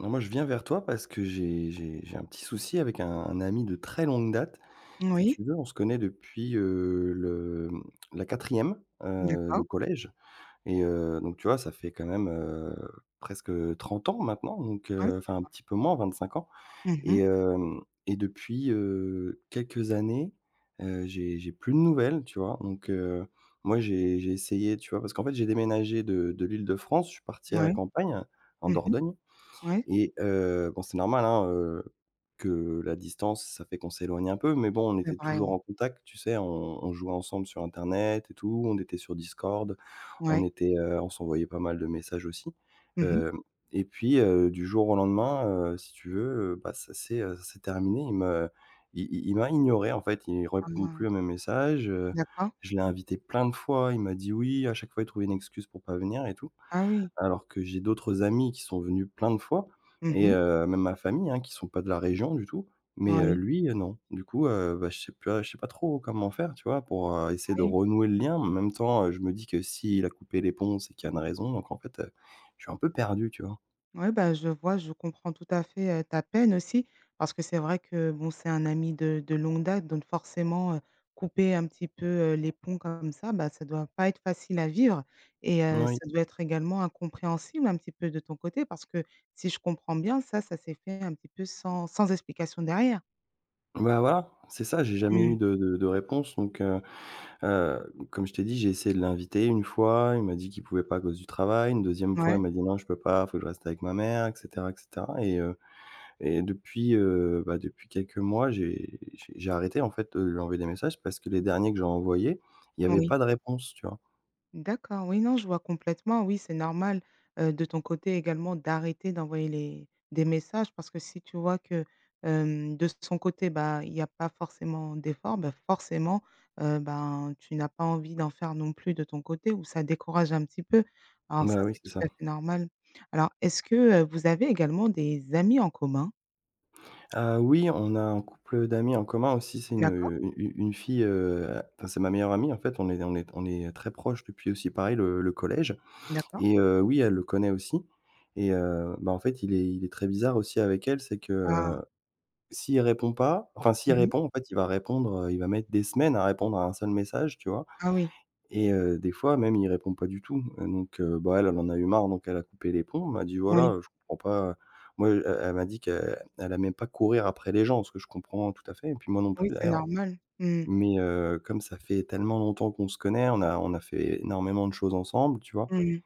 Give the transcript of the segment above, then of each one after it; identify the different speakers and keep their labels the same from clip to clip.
Speaker 1: Non, moi, je viens vers toi parce que j'ai un petit souci avec un ami de très longue date. Si
Speaker 2: Oui,
Speaker 1: tu veux, on se connaît depuis, le la quatrième e le
Speaker 2: d'accord.
Speaker 1: collège et donc tu vois, ça fait quand même, presque, 30 ans maintenant, donc
Speaker 2: Ouais, c'est
Speaker 1: enfin, un
Speaker 2: vrai.
Speaker 1: petit peu moins, 25 ans
Speaker 2: Mhm.
Speaker 1: et
Speaker 2: Mh.
Speaker 1: hem et depuis, quelques années, j'ai plus de nouvelles, tu vois? Donc moi, j'ai essayé, tu vois? Parce qu'en fait, j'ai déménagé de l'Île-de-France, je suis parti à la
Speaker 2: Ouais.
Speaker 1: campagne, en
Speaker 2: Mmh.
Speaker 1: Dordogne
Speaker 2: Ouais,
Speaker 1: et bon, c'est normal, hein, que la distance, ça fait qu'on s'éloigne un peu, mais bon, on
Speaker 2: c'est
Speaker 1: était
Speaker 2: vrai,
Speaker 1: toujours
Speaker 2: oui.
Speaker 1: en contact, tu sais? On jouait ensemble sur internet et tout, on était sur Discord, on
Speaker 2: Ouais.
Speaker 1: était, on s'envoyait pas mal de messages aussi.
Speaker 2: Mmh.
Speaker 1: Hem et puis, du jour au lendemain, si tu veux, bah, ça s'est terminé. Il m'a ignoré, en fait, il répond
Speaker 2: Ah,
Speaker 1: plus à mes messages.
Speaker 2: d'accord.
Speaker 1: Je l'ai invité plein de fois, il m'a dit oui, à chaque fois, il trouvait une excuse pour pas venir et tout.
Speaker 2: Ah oui.
Speaker 1: Alors que j'ai d'autres amis qui sont venus plein de fois et
Speaker 2: Mhm.
Speaker 1: même ma famille, hein, qui sont pas de la région du tout, mais
Speaker 2: Oui,
Speaker 1: lui, non. Du coup, bah, je sais pas trop comment faire, tu vois? Pour, essayer de
Speaker 2: oui.
Speaker 1: renouer le lien. En même temps, je me dis que s'il a coupé les ponts, c'est qu'il y a une raison. Donc en fait, je suis un peu perdu, tu vois?
Speaker 2: Ouais, bah, je vois, je comprends tout à fait, ta peine aussi parce que c'est vrai que, bon, c'est un ami de longue date, donc forcément, couper un petit peu, les ponts comme ça, bah, ça doit pas être facile à vivre et
Speaker 1: Oui.
Speaker 2: ça doit être également incompréhensible un petit peu de ton côté parce que si je comprends bien, ça s'est fait un petit peu sans explication derrière?
Speaker 1: Bah, voilà, c'est ça, j'ai jamais eu
Speaker 2: Mmh.
Speaker 1: de réponse. Comme je t'ai dit, j'ai essayé de l'inviter une fois, il m'a dit qu'il pouvait pas à cause du travail, une deuxième fois,
Speaker 2: Ouais.
Speaker 1: il m'a dit: «Non, je peux pas, faut que je reste avec ma mère», et cetera et cetera. Et depuis, bah, depuis quelques mois, j'ai arrêté, en fait, de lui envoyer des messages parce que les derniers que j'ai envoyés, il y avait
Speaker 2: Oui,
Speaker 1: pas de réponse, tu vois?
Speaker 2: d'accord, oui, non, je vois complètement. Oui, c'est normal, de ton côté également d'arrêter d'envoyer les des messages parce que si tu vois que, de son côté, bah, il y a pas forcément d'effort, bah, forcément, ben, tu n'as pas envie d'en faire non plus de ton côté ou ça décourage un petit peu. Alors ça,
Speaker 1: Bah, oui,
Speaker 2: c'est
Speaker 1: c'est
Speaker 2: tout
Speaker 1: ça.
Speaker 2: à fait normal. Alors est-ce que, vous avez également des amis en commun?
Speaker 1: Ah oui, on a un couple d'amis en commun aussi, c'est une,
Speaker 2: D'accord,
Speaker 1: heu, une fille, enfin, c'est ma meilleure amie, en fait, on est très proches depuis aussi pareil le collège
Speaker 2: d'accord.
Speaker 1: et oui, elle le connaît aussi. Et bah, en fait, il est très bizarre aussi avec elle, c'est que,
Speaker 2: Ah.
Speaker 1: s'il répond pas enfin, s'il
Speaker 2: Mmh.
Speaker 1: répond, en fait, il va répondre, il va mettre des semaines à répondre à un seul message, tu vois?
Speaker 2: Ah oui,
Speaker 1: Et des fois même, il répond pas du tout, donc bah, elle, elle en a eu marre, donc elle a coupé les ponts. Elle m'a dit:
Speaker 2: oui,
Speaker 1: «Voilà, je comprends pas». Moi, elle m'a dit qu'elle aimait pas courir après les gens, ce que je comprends tout à fait et puis moi non
Speaker 2: oui,
Speaker 1: plus
Speaker 2: c'est
Speaker 1: d'ailleurs.
Speaker 2: normal. Mmh.
Speaker 1: Mais comme ça fait tellement longtemps qu'on se connaît, on a fait énormément de choses ensemble, tu vois?
Speaker 2: Mmh.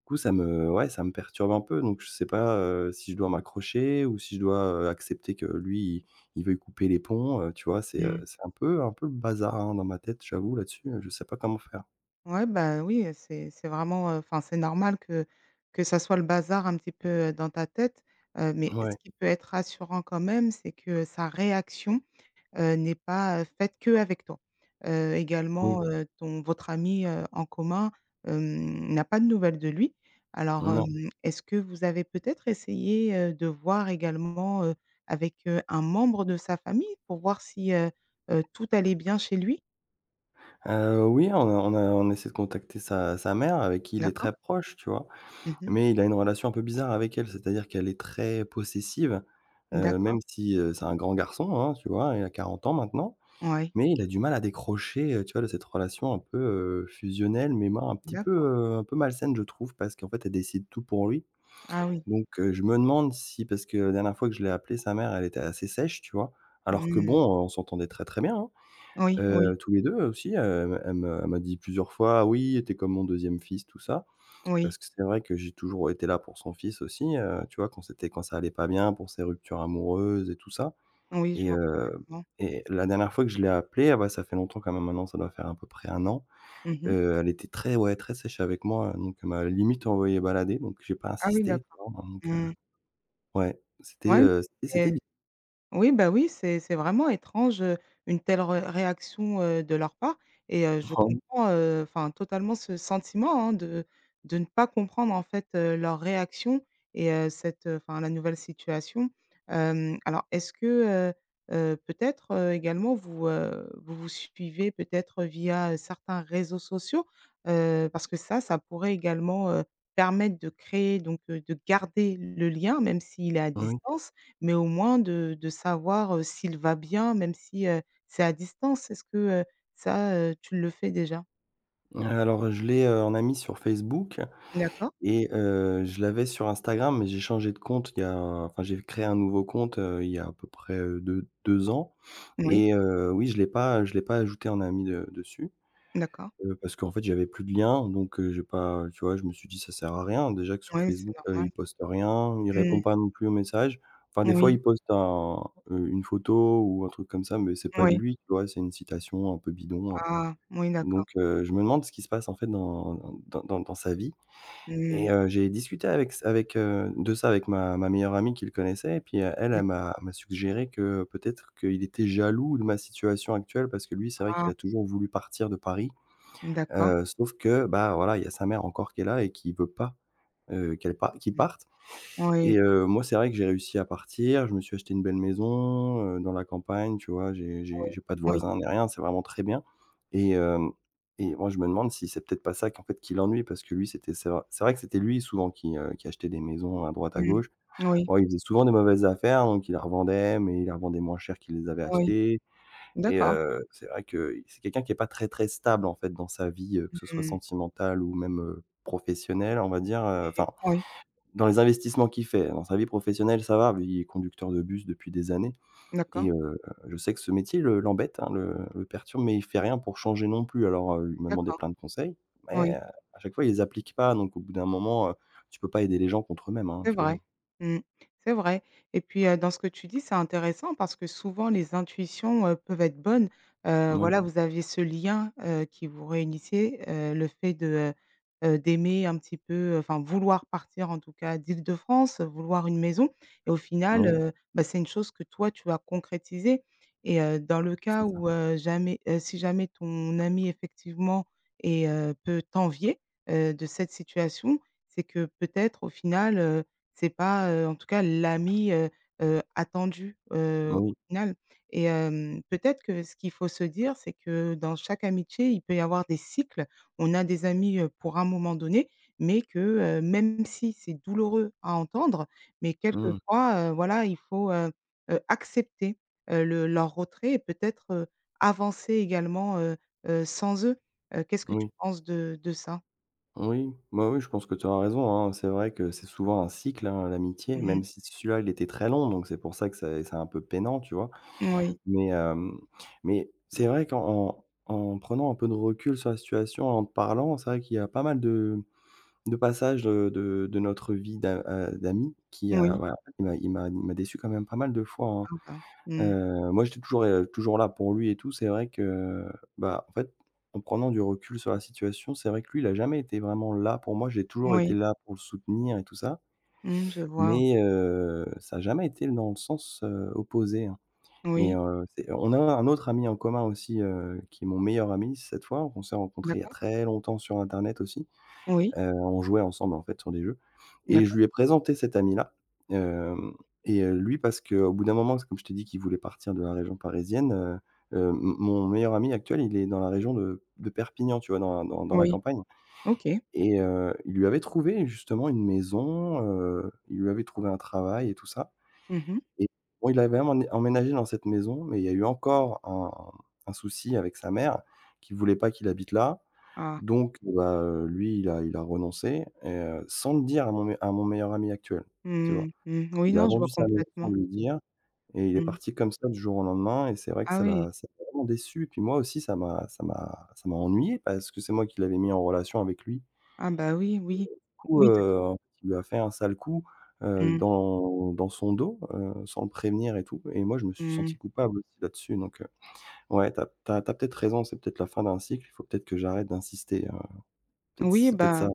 Speaker 1: Du coup, ça me ouais, ça me perturbe un peu, donc je sais pas, si je dois m'accrocher ou si je dois, accepter que lui, il veuille couper les ponts, tu vois? C'est, heu,
Speaker 2: Mmh.
Speaker 1: c'est un peu le bazar, hein, dans ma tête, j'avoue là-dessus, je sais pas comment faire.
Speaker 2: Ouais, bah, oui, c'est vraiment, enfin, c'est normal que ça soit le bazar un petit peu, dans ta tête, mais
Speaker 1: Ouais.
Speaker 2: ce qui peut être rassurant quand même, c'est que sa réaction, n'est pas, faite qu'avec toi. Heu,
Speaker 1: Oui.
Speaker 2: également, ton votre ami, en commun, n'a pas de nouvelles de lui. Alors,
Speaker 1: Non.
Speaker 2: hem, est-ce que vous avez peut-être essayé, de voir également, avec, un membre de sa famille pour voir si, tout allait bien chez lui?
Speaker 1: Oui, on essaie de contacter sa mère avec qui il est
Speaker 2: D'accord.
Speaker 1: très proche, tu vois?
Speaker 2: Mmh.
Speaker 1: Mais il a une relation un peu bizarre avec elle, c'est-à-dire qu'elle est très possessive, même
Speaker 2: D'accord,
Speaker 1: si, c'est un grand garçon, hein, tu vois? Il a 40 ans maintenant,
Speaker 2: ouais.
Speaker 1: mais il a du mal à décrocher, tu vois, de cette relation un peu, fusionnelle, mais moi un petit peu,
Speaker 2: D'accord.
Speaker 1: un peu malsaine, je trouve, parce qu'en fait, elle décide tout pour lui.
Speaker 2: Ah oui.
Speaker 1: Donc je me demande si parce que la dernière fois que je l'ai appelée, sa mère, elle était assez sèche, tu vois? Alors que bon,
Speaker 2: Mmh.
Speaker 1: on s'entendait très, très bien, hein.
Speaker 2: Oui, oui,
Speaker 1: Tous les 2 aussi, elle m'a dit plusieurs fois: «Ah, oui, tu es comme mon deuxième fils», tout ça. Parce
Speaker 2: oui,
Speaker 1: que c'est vrai que j'ai toujours été là pour son fils aussi, tu vois? Quand ça allait pas bien, pour ses ruptures amoureuses et tout ça.
Speaker 2: oui, je
Speaker 1: et
Speaker 2: vois
Speaker 1: heu
Speaker 2: complètement.
Speaker 1: et la dernière fois que je l'ai appelée, ah bah, ça fait longtemps quand même maintenant, ça doit faire à peu près un an.
Speaker 2: Mmh.
Speaker 1: Elle était très, ouais, très sèche avec moi, donc elle m'a limite envoyé balader, donc j'ai pas
Speaker 2: Ah oui,
Speaker 1: insisté, tu
Speaker 2: d'accord.
Speaker 1: vois? Hein. Donc
Speaker 2: Mmh.
Speaker 1: ouais, c'était,
Speaker 2: Ouais.
Speaker 1: c'était
Speaker 2: Oui, bah, oui, c'est vraiment étrange, une telle re réaction, de leur part et je
Speaker 1: bizarre.
Speaker 2: comprends, enfin, totalement ce sentiment, hein, de ne pas comprendre, en fait, leur réaction et cette, enfin, la nouvelle situation. Alors est-ce que, heu peut-être, également vous, vous vous suivez peut-être via, certains réseaux sociaux? Parce que ça pourrait également, permettre de créer donc, de garder le lien même s'il est à
Speaker 1: Oui.
Speaker 2: distance mais au moins de savoir, s'il va bien, même si, c'est à distance. Est-ce que, ça, tu le fais déjà?
Speaker 1: Alors je l'ai, en amie sur Facebook.
Speaker 2: D'accord,
Speaker 1: Et je l'avais sur Instagram, mais j'ai créé un nouveau compte, il y a à peu près, 2 ans
Speaker 2: oui,
Speaker 1: et oui, je l'ai pas ajouté en ami de dessus,
Speaker 2: d'accord.
Speaker 1: parce qu'en fait, j'avais plus de lien donc j'ai pas, tu vois? Je me suis dit: «Ça sert à rien». Déjà que sur
Speaker 2: Oui, c'est
Speaker 1: Facebook, il
Speaker 2: normal.
Speaker 1: poste rien, il
Speaker 2: Mmh.
Speaker 1: répond pas non plus aux messages. Enfin, des fois,
Speaker 2: Oui,
Speaker 1: il poste une photo ou un truc comme ça, mais c'est pas de
Speaker 2: oui.
Speaker 1: lui, tu vois? C'est une citation un peu bidon,
Speaker 2: Ah, oui, d'accord.
Speaker 1: donc je me demande ce qui se passe, en fait, dans sa vie. Et
Speaker 2: Mmh.
Speaker 1: j'ai discuté de ça avec ma meilleure amie qui le connaissait et puis, elle, elle
Speaker 2: Mmh.
Speaker 1: m'a m'a suggéré que peut-être qu'il était jaloux de ma situation actuelle parce que lui, c'est vrai qu'il
Speaker 2: Ah,
Speaker 1: a toujours voulu partir de Paris,
Speaker 2: d'accord.
Speaker 1: sauf que, bah, voilà, il y a sa mère encore qui est là et qui veut pas, qu'il
Speaker 2: Mmh.
Speaker 1: parte. Et
Speaker 2: Oui,
Speaker 1: moi, c'est vrai que j'ai réussi à partir. Je me suis acheté une belle maison, dans la campagne, tu vois? J'ai j'ai
Speaker 2: oui,
Speaker 1: j'ai pas de
Speaker 2: oui.
Speaker 1: voisins ni rien, c'est vraiment très bien. et hem et moi, je me demande si c'est peut-être pas ça qu'en fait qui l'ennuie parce que lui, c'est vrai que c'était lui souvent qui achetait des maisons à droite, à
Speaker 2: Mmh.
Speaker 1: gauche.
Speaker 2: Oui,
Speaker 1: Bon, il faisait souvent des mauvaises affaires, donc il les revendait, mais il les revendait moins cher qu'il les avait
Speaker 2: oui.
Speaker 1: achetées. Et
Speaker 2: D'accord.
Speaker 1: c'est vrai que c'est quelqu'un qui est pas très, très stable en fait dans sa vie, que ce soit
Speaker 2: Mmh.
Speaker 1: sentimentale ou même, professionnelle, on va dire,
Speaker 2: OK.
Speaker 1: enfin
Speaker 2: Oui,
Speaker 1: dans les investissements qu'il fait. Dans sa vie professionnelle, ça va, il est conducteur de bus depuis des années
Speaker 2: d'accord,
Speaker 1: et je sais que ce métier le l'embête, hein, le perturbe, mais il fait rien pour changer non plus. Alors, il m'a demandé
Speaker 2: d'accord.
Speaker 1: plein de conseils, mais,
Speaker 2: Oui.
Speaker 1: à chaque fois, il les applique pas, donc au bout d'un moment, tu peux pas aider les gens contre eux-mêmes, hein,
Speaker 2: C'est
Speaker 1: tu vois?
Speaker 2: vrai. Mmh. C'est vrai et puis, dans ce que tu dis, c'est intéressant parce que souvent les intuitions, peuvent être bonnes. Heu,
Speaker 1: Oui,
Speaker 2: voilà, vous aviez ce lien, qui vous réunissait, le fait de, d'aimer un petit peu, enfin vouloir partir en tout cas d'Île-de-France, vouloir une maison et au final,
Speaker 1: oui,
Speaker 2: bah, c'est une chose que toi tu as concrétisée et dans le
Speaker 1: c'est
Speaker 2: cas
Speaker 1: ça.
Speaker 2: où, jamais si jamais ton ami effectivement est peut t'envier, de cette situation, c'est que peut-être au final, c'est pas, en tout cas l'ami, attendu, au
Speaker 1: Oui,
Speaker 2: final et peut-être que ce qu'il faut se dire, c'est que dans chaque amitié, il peut y avoir des cycles. On a des amis, pour un moment donné, mais que, même si c'est douloureux à entendre, mais
Speaker 1: mmh,
Speaker 2: quelquefois, voilà, il faut, accepter, le leur retrait et peut-être, avancer également, sans eux. Qu'est-ce que tu
Speaker 1: oui,
Speaker 2: penses de ça?
Speaker 1: oui, bah, oui, je pense que tu as raison, hein. C'est vrai que c'est souvent un cycle, hein, l'amitié,
Speaker 2: Mmh mh.
Speaker 1: même si celui-là, il était très long, donc c'est pour ça que c'est un peu peinant, tu vois?
Speaker 2: Oui,
Speaker 1: Mais, hem, mais c'est vrai qu'en en en prenant un peu de recul sur la situation, en te parlant, c'est vrai qu'il y a pas mal de passages, de notre vie d'amis
Speaker 2: oui.
Speaker 1: il m'a déçu quand même pas mal de fois, hein.
Speaker 2: Ah bah, mmh,
Speaker 1: Moi j'étais toujours, toujours là pour lui et tout. C'est vrai que, bah, en fait, en prenant du recul sur la situation, c'est vrai que lui, il a jamais été vraiment là pour moi. J'ai toujours été
Speaker 2: oui.
Speaker 1: là pour le soutenir et tout ça,
Speaker 2: Mmh, je vois, o
Speaker 1: mais, ça a jamais été dans le sens, opposé, hein. Et
Speaker 2: oui,
Speaker 1: c'est on a un autre ami en commun aussi, qui est mon meilleur ami cette fois. On s'est rencontrés il y a
Speaker 2: d'accord,
Speaker 1: très longtemps sur internet aussi.
Speaker 2: oui,
Speaker 1: On jouait ensemble en fait sur des jeux et je
Speaker 2: d'accord,
Speaker 1: lui ai présenté cet ami-là. Hem et Lui parce qu'au bout d'un moment, c'est comme je t'ai dit qu'il voulait partir de la région parisienne, m mon meilleur ami actuel, il est dans la région de Perpignan, tu vois? Dans la
Speaker 2: oui,
Speaker 1: campagne,
Speaker 2: OK.
Speaker 1: et il lui avait trouvé justement une maison, il lui avait trouvé un travail et tout ça.
Speaker 2: Mmh mh.
Speaker 1: Et bon, il avait même emné emménagé dans cette maison, mais il y a eu encore un souci avec sa mère, qui voulait pas qu'il habite là.
Speaker 2: Ah,
Speaker 1: Donc, bah, lui, il a renoncé et sans le dire à mon me à mon meilleur ami actuel, tu vois?
Speaker 2: mmh, mmh, oui,
Speaker 1: Il a
Speaker 2: non, je vois
Speaker 1: vendu sa maison sans
Speaker 2: complètement.
Speaker 1: lui dire et il est
Speaker 2: Mmh.
Speaker 1: parti comme ça du jour au lendemain et c'est vrai que
Speaker 2: Ah
Speaker 1: ça
Speaker 2: oui,
Speaker 1: l'a ça l'a vraiment déçu. Puis moi aussi, ça m'a ennuyé parce que c'est moi qui l'avais mis en relation avec lui
Speaker 2: ah bah, oui, oui,
Speaker 1: coup,
Speaker 2: oui, de
Speaker 1: heu,
Speaker 2: toute
Speaker 1: En fait, il lui a fait un sale coup,
Speaker 2: mmh,
Speaker 1: dans son dos, sans le prévenir et tout. Et moi, je me suis
Speaker 2: mmh,
Speaker 1: senti coupable aussi là-dessus, donc ouais, tu as peut-être raison, c'est peut-être la fin d'un cycle, il faut peut-être que j'arrête d'insister, peut-être
Speaker 2: oui,
Speaker 1: c'est peut-être ça.
Speaker 2: bah.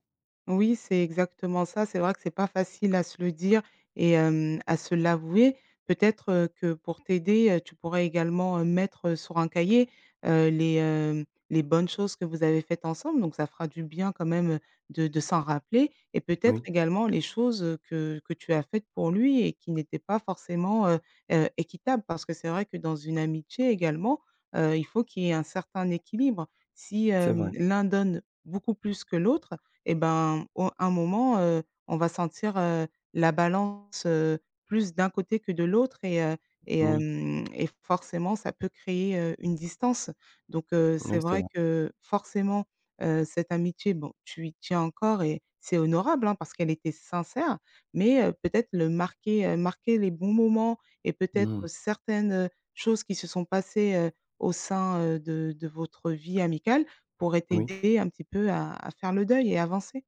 Speaker 2: Oui, c'est exactement ça. C'est vrai que c'est pas facile à se le dire et à se l'avouer. Peut-être, que pour t'aider, tu pourrais également, mettre, sur un cahier, les bonnes choses que vous avez faites ensemble, donc ça fera du bien quand même, de s'en rappeler et peut-être
Speaker 1: Oui,
Speaker 2: également les choses, que tu as faites pour lui et qui n'étaient pas forcément, équitables. Parce que c'est vrai que dans une amitié également, il faut qu'il y ait un certain équilibre. Si,
Speaker 1: c'est vrai.
Speaker 2: l'un donne beaucoup plus que l'autre, et ben, au un moment, on va sentir, la balance, plus d'un côté que de l'autre et heu et
Speaker 1: Oui,
Speaker 2: hem et forcément ça peut créer, une distance. Donc
Speaker 1: oui,
Speaker 2: c'est
Speaker 1: c'est
Speaker 2: vrai
Speaker 1: vrai.
Speaker 2: que forcément, cette amitié, bon, tu y tiens encore et c'est honorable, hein, parce qu'elle était sincère, mais peut-être le marquer, marquer les bons moments et peut-être
Speaker 1: Mmh.
Speaker 2: certaines choses qui se sont passées, au sein, de votre vie amicale, pourrait
Speaker 1: Oui,
Speaker 2: t'aider un petit peu à faire le deuil et avancer.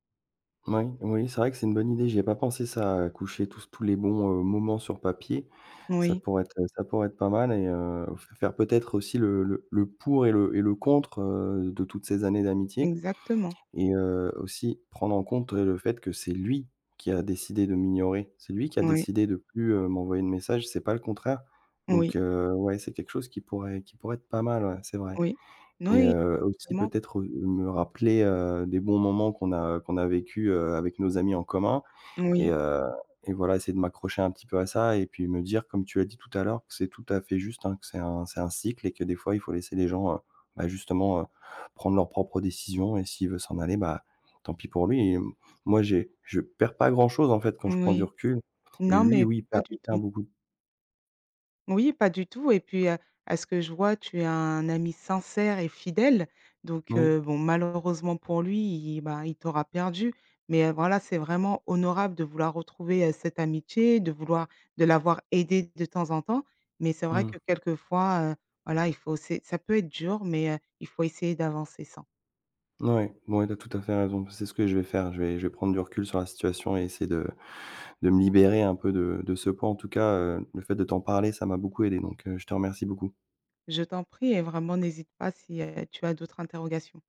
Speaker 1: oui, oui, c'est vrai que c'est une bonne idée, j'y ai pas pensé ça, à coucher tous les bons, moments sur papier.
Speaker 2: Oui,
Speaker 1: Ça pourrait être pas mal et f faire peut-être aussi le pour et le contre, de toutes ces années d'amitié.
Speaker 2: exactement.
Speaker 1: Et aussi prendre en compte, le fait que c'est lui qui a décidé de m'ignorer. C'est lui qui a
Speaker 2: Oui,
Speaker 1: décidé de plus, m'envoyer de messages, c'est pas le contraire.
Speaker 2: oui,
Speaker 1: Donc ouais, c'est quelque chose qui pourrait être pas mal, ouais, c'est vrai.
Speaker 2: oui.
Speaker 1: Et
Speaker 2: Oui,
Speaker 1: aussi
Speaker 2: exactement.
Speaker 1: peut-être, me rappeler, des bons moments qu'on a vécu, avec nos amis en commun. Et
Speaker 2: Oui,
Speaker 1: heu et voilà, essayer de m'accrocher un petit peu à ça et puis me dire, comme tu l'as dit tout à l'heure, que c'est tout à fait juste, hein, que c'est un cycle et que des fois, il faut laisser les gens, bah, justement, prendre leurs propres décisions et s'il veut s'en aller, bah, tant pis pour lui et moi, j'ai je perds pas grand-chose, en fait, quand je
Speaker 2: oui,
Speaker 1: prends du
Speaker 2: oui.
Speaker 1: recul et
Speaker 2: Non,
Speaker 1: lui,
Speaker 2: mais
Speaker 1: oui, il
Speaker 2: pas
Speaker 1: perd
Speaker 2: du
Speaker 1: il perd
Speaker 2: tout.
Speaker 1: beaucoup.
Speaker 2: Oui, pas du tout et puis, à ce que je vois, tu es un ami sincère et fidèle donc
Speaker 1: Oui.
Speaker 2: bon, malheureusement pour lui, il bah, il t'aura perdu mais voilà, c'est vraiment honorable de vouloir retrouver, cette amitié, de l'avoir aidé de temps en temps mais c'est vrai
Speaker 1: Mmh.
Speaker 2: que quelquefois, voilà, il faut c'est ça peut être dur mais il faut essayer d'avancer sans.
Speaker 1: Ouais, bon, ouais, tu as tout à fait raison. C'est ce que je vais faire. Je vais prendre du recul sur la situation et essayer de me libérer un peu de ce poids. En tout cas, le fait de t'en parler, ça m'a beaucoup aidé donc je te remercie beaucoup.
Speaker 2: Je t'en prie et vraiment n'hésite pas si, tu as d'autres interrogations.